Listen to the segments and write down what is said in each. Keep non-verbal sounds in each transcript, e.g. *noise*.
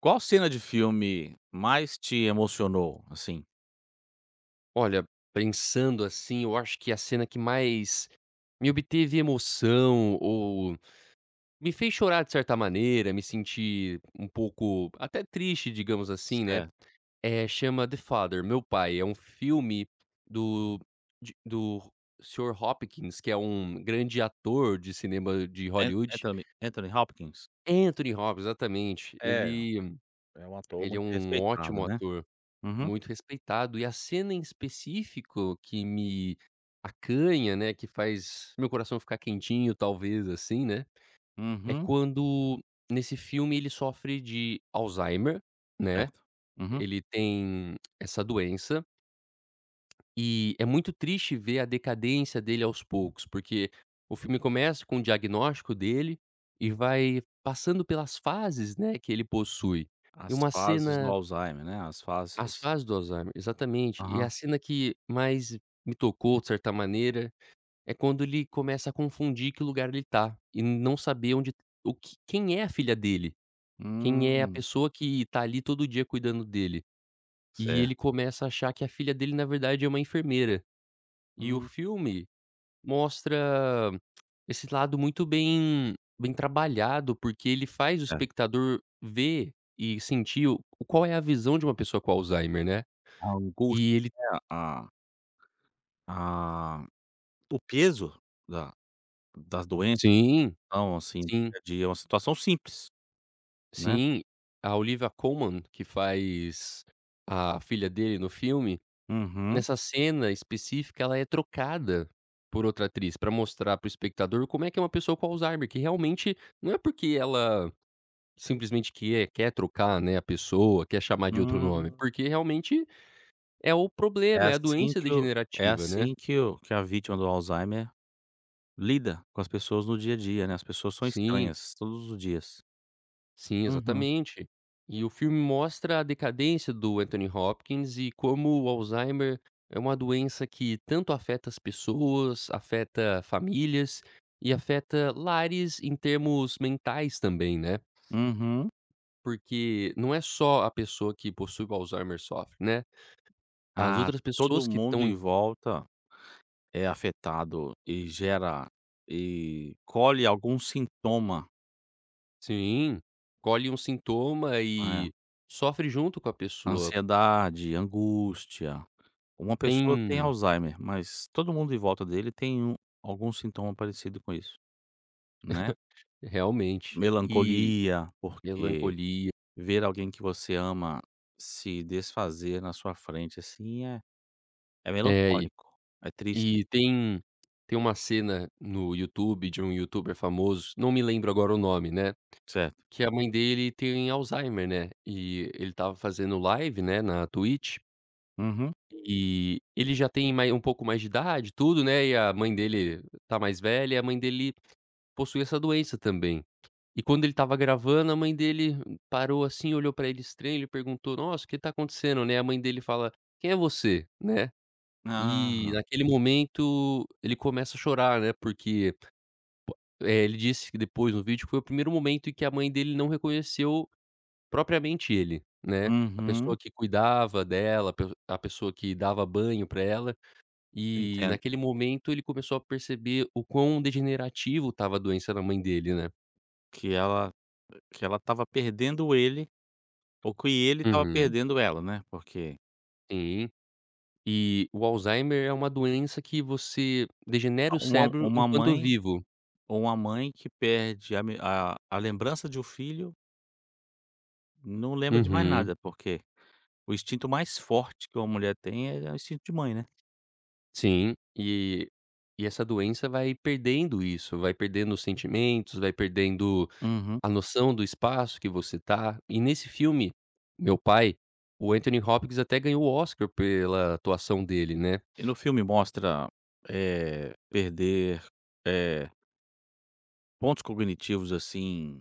Qual cena de filme mais te emocionou, assim? Olha, pensando assim, eu acho que a cena que mais me obteve emoção ou me fez chorar de certa maneira, me sentir um pouco até triste, digamos assim, né, É. é chama The Father, Meu Pai. É um filme do do Sr. Hopkins, que é um grande ator de cinema de An Hollywood. Anthony Anthony Hopkins? Anthony Hopkins, exatamente. É, Ele é um ator ele é muito um ótimo respeitado, né. ator. Uhum, Muito respeitado. E a cena em específico que me acanha, né, que faz meu coração ficar quentinho talvez, assim, né, é uhum, quando nesse filme ele sofre de Alzheimer, né, certo. Uhum. ele tem essa doença, e é muito triste ver a decadência dele aos poucos, porque o filme começa com o diagnóstico dele e vai passando pelas fases, né, que ele possui. E As uma fases do cena Alzheimer, né, as as fases. fases do Alzheimer, exatamente. E Aham. a cena que mais me tocou, de certa maneira, é quando ele começa a confundir que lugar ele tá e não saber onde o que quem é a filha dele, quem é a Hum, pessoa que tá ali todo dia cuidando dele. E ele certo. começa a achar que a filha dele, na verdade, é uma enfermeira. E o Hum, filme mostra esse lado muito bem trabalhado, porque ele faz o certo. espectador ver e sentir o qual é a visão de uma pessoa com Alzheimer, né. A angústia, E ele né, a o peso da das doenças, sim. então, assim, Sim, é de uma situação simples, né. sim. A Olivia Colman, que faz a filha dele no filme, Uhum. nessa cena específica ela é trocada por outra atriz, pra mostrar para o espectador como é que é uma pessoa com Alzheimer, que realmente não é porque ela simplesmente quer trocar, né, a pessoa, quer chamar de outro nome, Hum. porque realmente é o É problema, é a assim doença que o é degenerativa, né. assim que o que a vítima do Alzheimer lida com as pessoas no dia a dia, né, as pessoas são Sim. estranhas todos os dias. Sim, Uhum, exatamente. E o filme mostra a decadência do Anthony Hopkins e como o Alzheimer é uma doença que tanto afeta as pessoas, afeta famílias e afeta lares em termos mentais também, né. uhum. Porque não é só a pessoa que possui o Alzheimer sofre, né, as Ah, outras todo pessoas que mundo estão em env volta é afetado e gera e colhe algum sintoma, sim, colhem um sintoma né? e sofre junto com a pessoa. Ansiedade, angústia. Uma pessoa tem Tem Alzheimer, mas todo mundo em volta dele tem algum sintoma parecido com isso, né. realmente. E Melancolia, porque melancolia. ver alguém que você ama se desfazer na sua frente, assim, é É, melancólico, é triste, e tem uma cena no YouTube de um youtuber famoso, não me lembro agora o nome, né, certo. que a mãe dele tem Alzheimer, né, e ele estava fazendo live, né, na Twitch, Uhum. e ele já tem mai um pouco mais de idade e tudo, né, e a mãe dele tá mais velha, e a mãe dele possui essa doença também. E quando ele estava gravando, a mãe dele parou assim, olhou pra ele estranho, ele perguntou: "Nossa, o que tá acontecendo?", né, a mãe dele fala: "Quem é você?", né. E Ah, naquele momento ele começa a chorar, né, porque, ele disse que depois no vídeo que foi o primeiro momento em que a mãe dele não reconheceu propriamente ele, né. A pessoa uhum, que cuidava dela, a pessoa que dava banho pra ela, e entendo. naquele momento ele começou a perceber o quão degenerativo estava a doença da mãe dele, né. Que ela que ela estava perdendo ele, ou que ele estava Uhum, perdendo ela, né, porque sim. E o Alzheimer é uma doença que você degenera o uma cérebro uma enquanto mãe vivo. uma mãe que perde a me a lembrança de um filho, não lembra de mais Uhum. nada, porque o instinto mais forte que uma mulher tem é o instinto de mãe, né. Sim, e essa doença vai perdendo isso, vai perdendo os sentimentos, vai perdendo Uhum. a noção do espaço que você tá. E nesse filme, Meu Pai, o Anthony Hopkins até ganhou o Oscar pela atuação dele, né. E no filme mostra, perder, eh, pontos cognitivos, assim,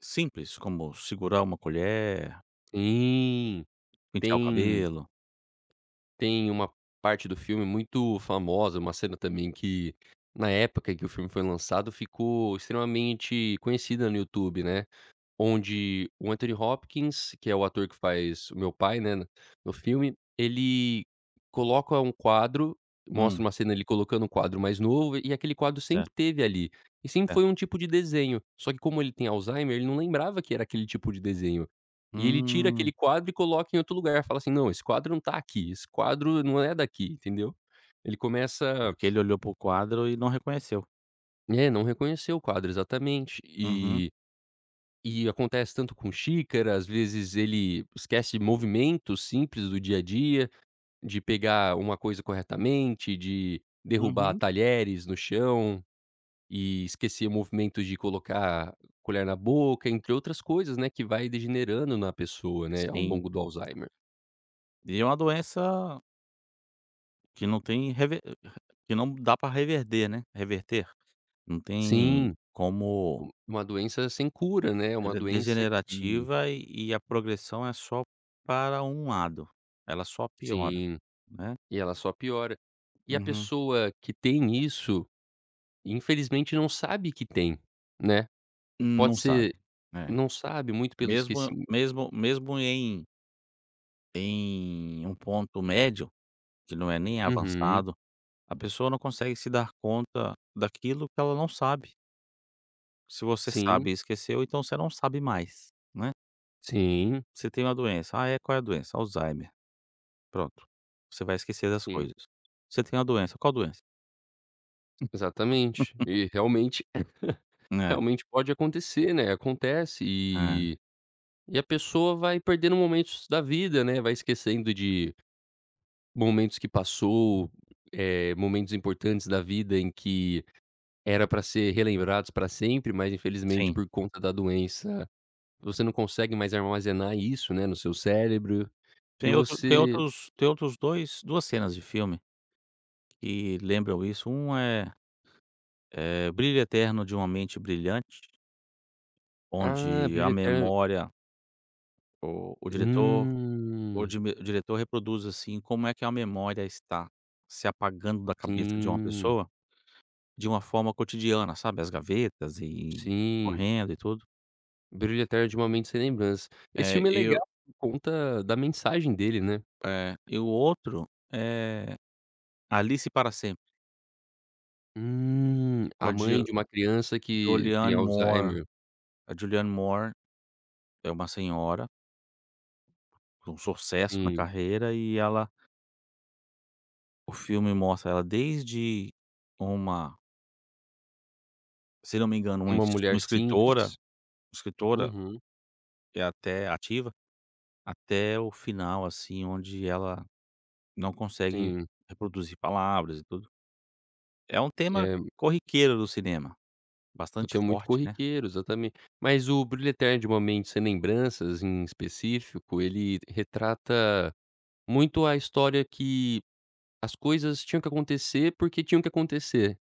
simples, como segurar uma colher, Sim, pentear o tem cabelo. tem uma parte do filme muito famosa, uma cena também que, na época em que o filme foi lançado, ficou extremamente conhecida no YouTube, né. Onde o Anthony Hopkins, que é o ator que faz o meu pai, né, no filme, ele coloca um quadro, mostra Hum, uma cena ele colocando um quadro mais novo, e aquele quadro sempre certo, teve ali, e sempre certo. foi um tipo de desenho, só que como ele tem Alzheimer, ele não lembrava que era aquele tipo de desenho. E ele tira aquele Hum, quadro e coloca em outro lugar, fala assim: "Não, esse quadro não tá aqui, esse quadro não é daqui", entendeu. Ele começa porque ele olhou para o quadro e não reconheceu. é, não reconheceu o quadro, exatamente. Uhum, E acontece tanto com xícara, às vezes ele esquece movimentos simples do dia a dia, de pegar uma coisa corretamente, de derrubar uhum, talheres no chão e esquecer movimentos de colocar colher na boca, entre outras coisas, né, que vai degenerando na pessoa, né, ao sim. longo do Alzheimer. E é uma doença que não tem rever que não dá para reverter, né, reverter, não tem Sim, como. u uma doença sem cura, né, uma Ela é doença que degenerativa e a progressão é só para um lado, ela só piora, sim, né. e ela só piora. E a Uhum. pessoa que tem isso, infelizmente não sabe que tem, né. Pode Não sabe. ser Né? não sabe, muito pelo Mesmo esquecimento mesmo mesmo em um ponto médio, que não é nem uhum. avançado, a pessoa não consegue se dar conta daquilo que ela não sabe. Se você Sim, sabe e esqueceu, então você não sabe mais, né. sim, Você tem uma doença, ah, é, qual é a doença? Alzheimer, pronto, você vai esquecer das sim. coisas. Você tem uma doença, qual doença? Exatamente. E realmente *laughs* É, realmente pode acontecer, né, acontece é, e a pessoa vai perdendo momentos da vida, né, vai esquecendo de momentos que passou, momentos importantes da vida em que era para ser relembrados para sempre, mas infelizmente sim. por conta da doença, você não consegue mais armazenar isso, né, no seu cérebro e Tem outro tem você outros tem outros 2 2 cenas de filme que lembram isso, um é Brilho Eterno de uma Mente Brilhante, ah, onde a brilho eterno memória o diretor o hum, di o diretor reproduz, assim, como é que a memória está se apagando da cabeça de uma sim, pessoa de uma forma cotidiana, sabe, as gavetas e sim. correndo e tudo. Brilho eterno de uma mente sem lembranças. Esse É, filme é e o legal por conta da mensagem dele, né. é, e o outro é Alice para Sempre, com A a mãe Jo de uma criança que tem Julianne Moore. Alzheimer, A Julianne Moore é uma senhora, um sucesso na sim, carreira, e ela o filme mostra ela desde uma, se não me engano, uma uma es mulher uma escritora simples. escritora Uhum, que é até ativa, até o final, assim, onde ela não consegue sim. reproduzir palavras e tudo. É um tema É, corriqueiro do cinema, eu bastante tenho muito forte, né. corriqueiro, exatamente. Mas o Brilho Eterno de uma Mente Sem Lembranças, em específico, ele retrata muito a história que as coisas tinham que acontecer, porque tinham que acontecer,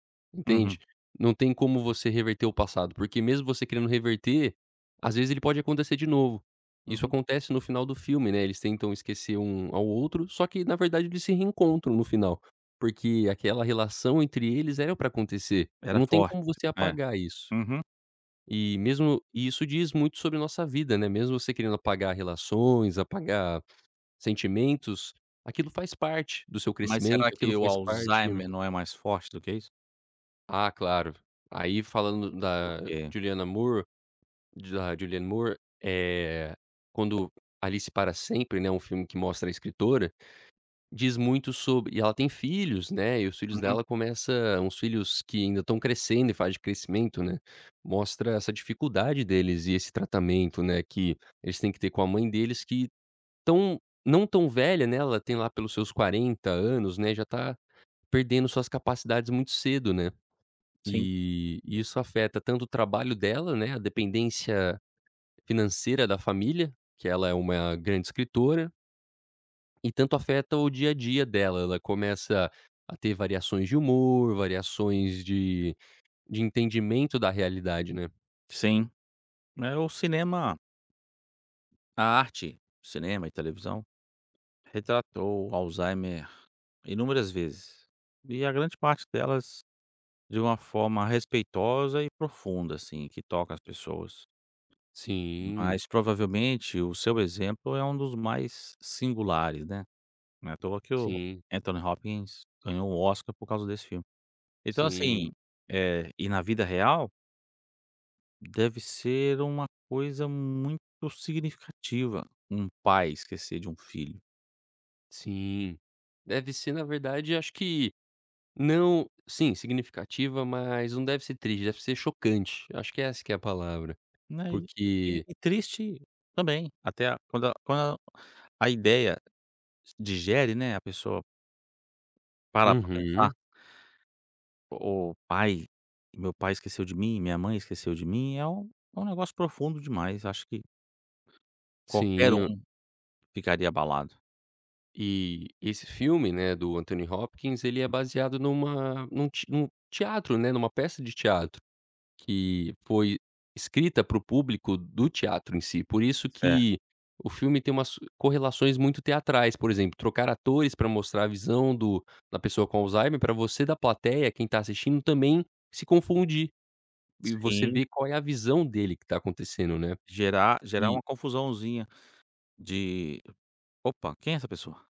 Uhum, entende? Não tem como você reverter o passado, porque mesmo você querendo reverter, às vezes ele pode acontecer de novo. Isso uhum. acontece no final do filme, né, eles tentam esquecer um ao outro, só que na verdade eles se reencontram no final, porque aquela relação entre eles era pra acontecer, e Era não tem forte. como você É. apagar isso. Uhum. E mesmo e isso diz muito sobre nossa vida, né, mesmo você querendo apagar relações, apagar sentimentos, aquilo faz parte do seu Mas crescimento, será aquilo que o faz parte Alzheimer não é mais forte do que isso? ah, claro. Aí falando da Porque Juliana Moore da Julianne Moore, eh, quando Alice Para Sempre, né, um filme que mostra a escritora, diz muito sobre e ela tem filhos, né, e os filhos uhum, dela começa uns filhos que ainda estão crescendo em fase de crescimento, né, mostra essa dificuldade deles e esse tratamento, né, que eles têm que ter com a mãe deles que tão não tão velha, né, ela tem lá pelos seus 40 anos, né, já tá perdendo suas capacidades muito cedo, né. sim, E isso afeta tanto o trabalho dela, né, a dependência financeira da família, que ela é uma grande escritora, e tanto afeta o dia a dia dela. Ela começa a ter variações de humor, variações de entendimento da realidade, né. sim. É, o cinema A arte, cinema e televisão, retratou Alzheimer inúmeras vezes, e a grande parte delas de uma forma respeitosa e profunda, assim, que toca as pessoas. Sim, Mas provavelmente o seu exemplo é um dos mais singulares, né. Não é à toa que o sim, Anthony Hopkins ganhou o Oscar por causa desse filme. Então, sim, assim, e na vida real, deve ser uma coisa muito significativa um pai esquecer de um filho. sim. Deve ser, na verdade, acho que não sim, significativa, mas não deve ser triste, deve ser chocante. Acho que é essa que é a palavra, Né, e e porque e triste também, até a ideia digere, né, a pessoa para pra pensar, uhum, "O pai Meu pai esqueceu de mim, minha mãe esqueceu de mim", é um negócio profundo demais, acho que qualquer sim, eu um ficaria abalado. e esse filme, né, do Anthony Hopkins, ele é baseado num teatro, né, numa peça de teatro que foi escrita para o público do teatro em si, por isso É, que o filme tem umas correlações muito teatrais, por exemplo, trocar atores para mostrar a visão do da pessoa com Alzheimer, para você da plateia, quem está assistindo, também se confundir. E você sim, vê qual é a visão dele que tá acontecendo, né. gerar E uma confusãozinha de: "Opa, quem é essa pessoa?"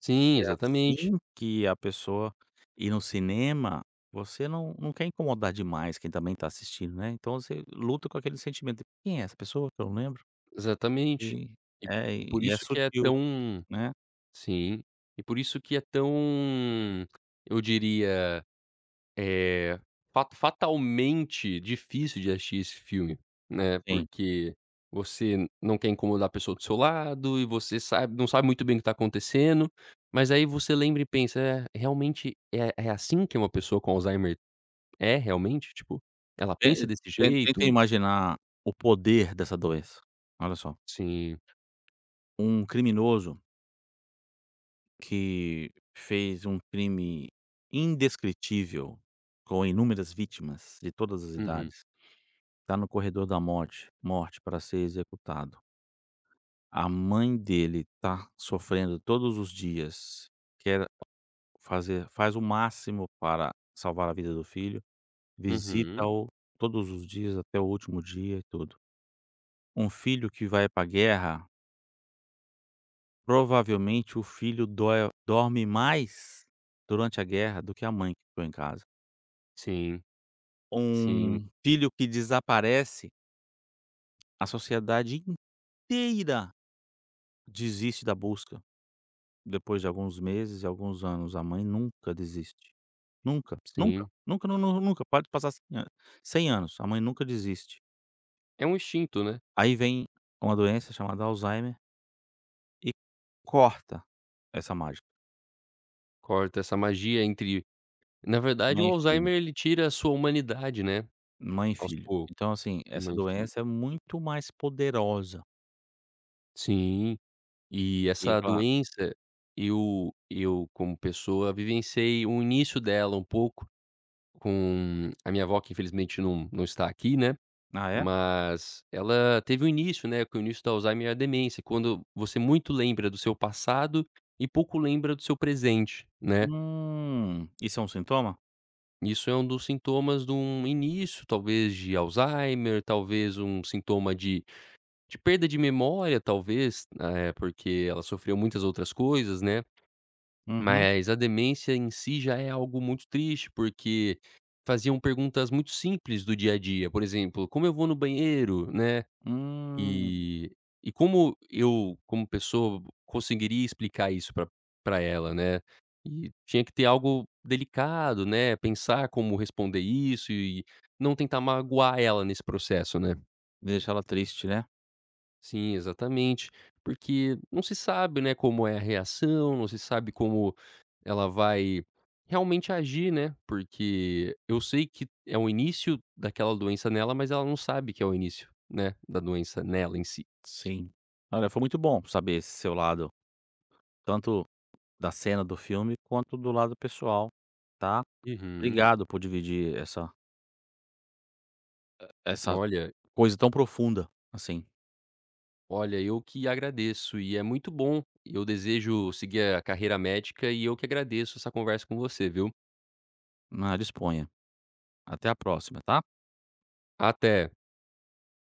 sim, É exatamente, assim que a pessoa ir no cinema, você não quer incomodar demais quem também tá assistindo, né, então você luta com aquele sentimento de: "Quem é essa pessoa que eu não lembro?" exatamente. E E é, e por e é isso que é sutil, tão né. sim, e por isso que é tão, eu diria, eh, fa fatalmente difícil de assistir esse filme, né, Sim. porque você não quer incomodar a pessoa do seu lado e você sabe não sabe muito bem o que tá acontecendo, mas aí você lembra e pensa: "É, realmente é é assim que uma pessoa com Alzheimer é, realmente? Tipo, ela Ten pensa desse Tenta jeito? imaginar o poder dessa doença. Olha só, Sim. um criminoso que fez um crime indescritível com inúmeras vítimas de todas as Uhum. idades, está no corredor da morte para ser executado. A mãe dele tá sofrendo todos os dias, quer fazer faz o máximo para salvar a vida do filho, Uhum. visita-o todos os dias até o último dia e tudo. Um filho que vai para a guerra, provavelmente o filho dói dorme mais durante a guerra do que a mãe que ficou em casa. Sim, sim, Um filho que desaparece, a sociedade inteira desiste da busca, depois de alguns meses e alguns anos, a mãe nunca desiste. Nunca, nunca, sim. nunca, nu nu nunca, pode passar 100 anos, 100 anos, a mãe nunca desiste. É um instinto, né. Aí vem uma doença chamada Alzheimer e corta essa mágica. Corta essa magia entre na verdade, o Mãe e filho, Alzheimer ele tira a sua humanidade, né, mãe e aos filho. poucos. Então, assim, É essa mãe e filho. doença é muito mais poderosa. Sim, e E essa fala: doença, eu como pessoa vivenciei o início dela um pouco com a minha avó que infelizmente não está aqui, né. "Ah, é? Mas ela teve um início, né, que o início do Alzheimer é a demência, quando você muito lembra do seu passado e pouco lembra do seu presente, né. Isso é um sintoma? Isso é um dos sintomas de um início, talvez, de Alzheimer, talvez um sintoma de perda de memória, talvez, porque ela sofreu muitas outras coisas, né. Uhum, Mas a demência em si já é algo muito triste, porque faziam perguntas muito simples do dia a dia, por exemplo: "Como eu vou no banheiro?", né. hum." E e como eu, como pessoa, conseguiria explicar isso pra ela, né. E tinha que ter algo delicado, né, pensar como responder isso e não tentar magoar ela nesse processo, né. Deixa ela triste, né. Sim, exatamente. Porque não se sabe, né, como é a reação, não se sabe como ela vai realmente agir, né, porque eu sei que é o início daquela doença nela, mas ela não sabe que é o início, né, da doença nela em si. Sim. Olha, foi muito bom saber esse seu lado, tanto da cena do filme, quanto do lado pessoal, tá? Uhum. Obrigado por dividir essa Olha coisa tão profunda, assim, eu que agradeço e é muito bom. Eu desejo seguir a carreira médica e eu que agradeço essa conversa com você, viu? na disponha. Até a próxima, tá? Até.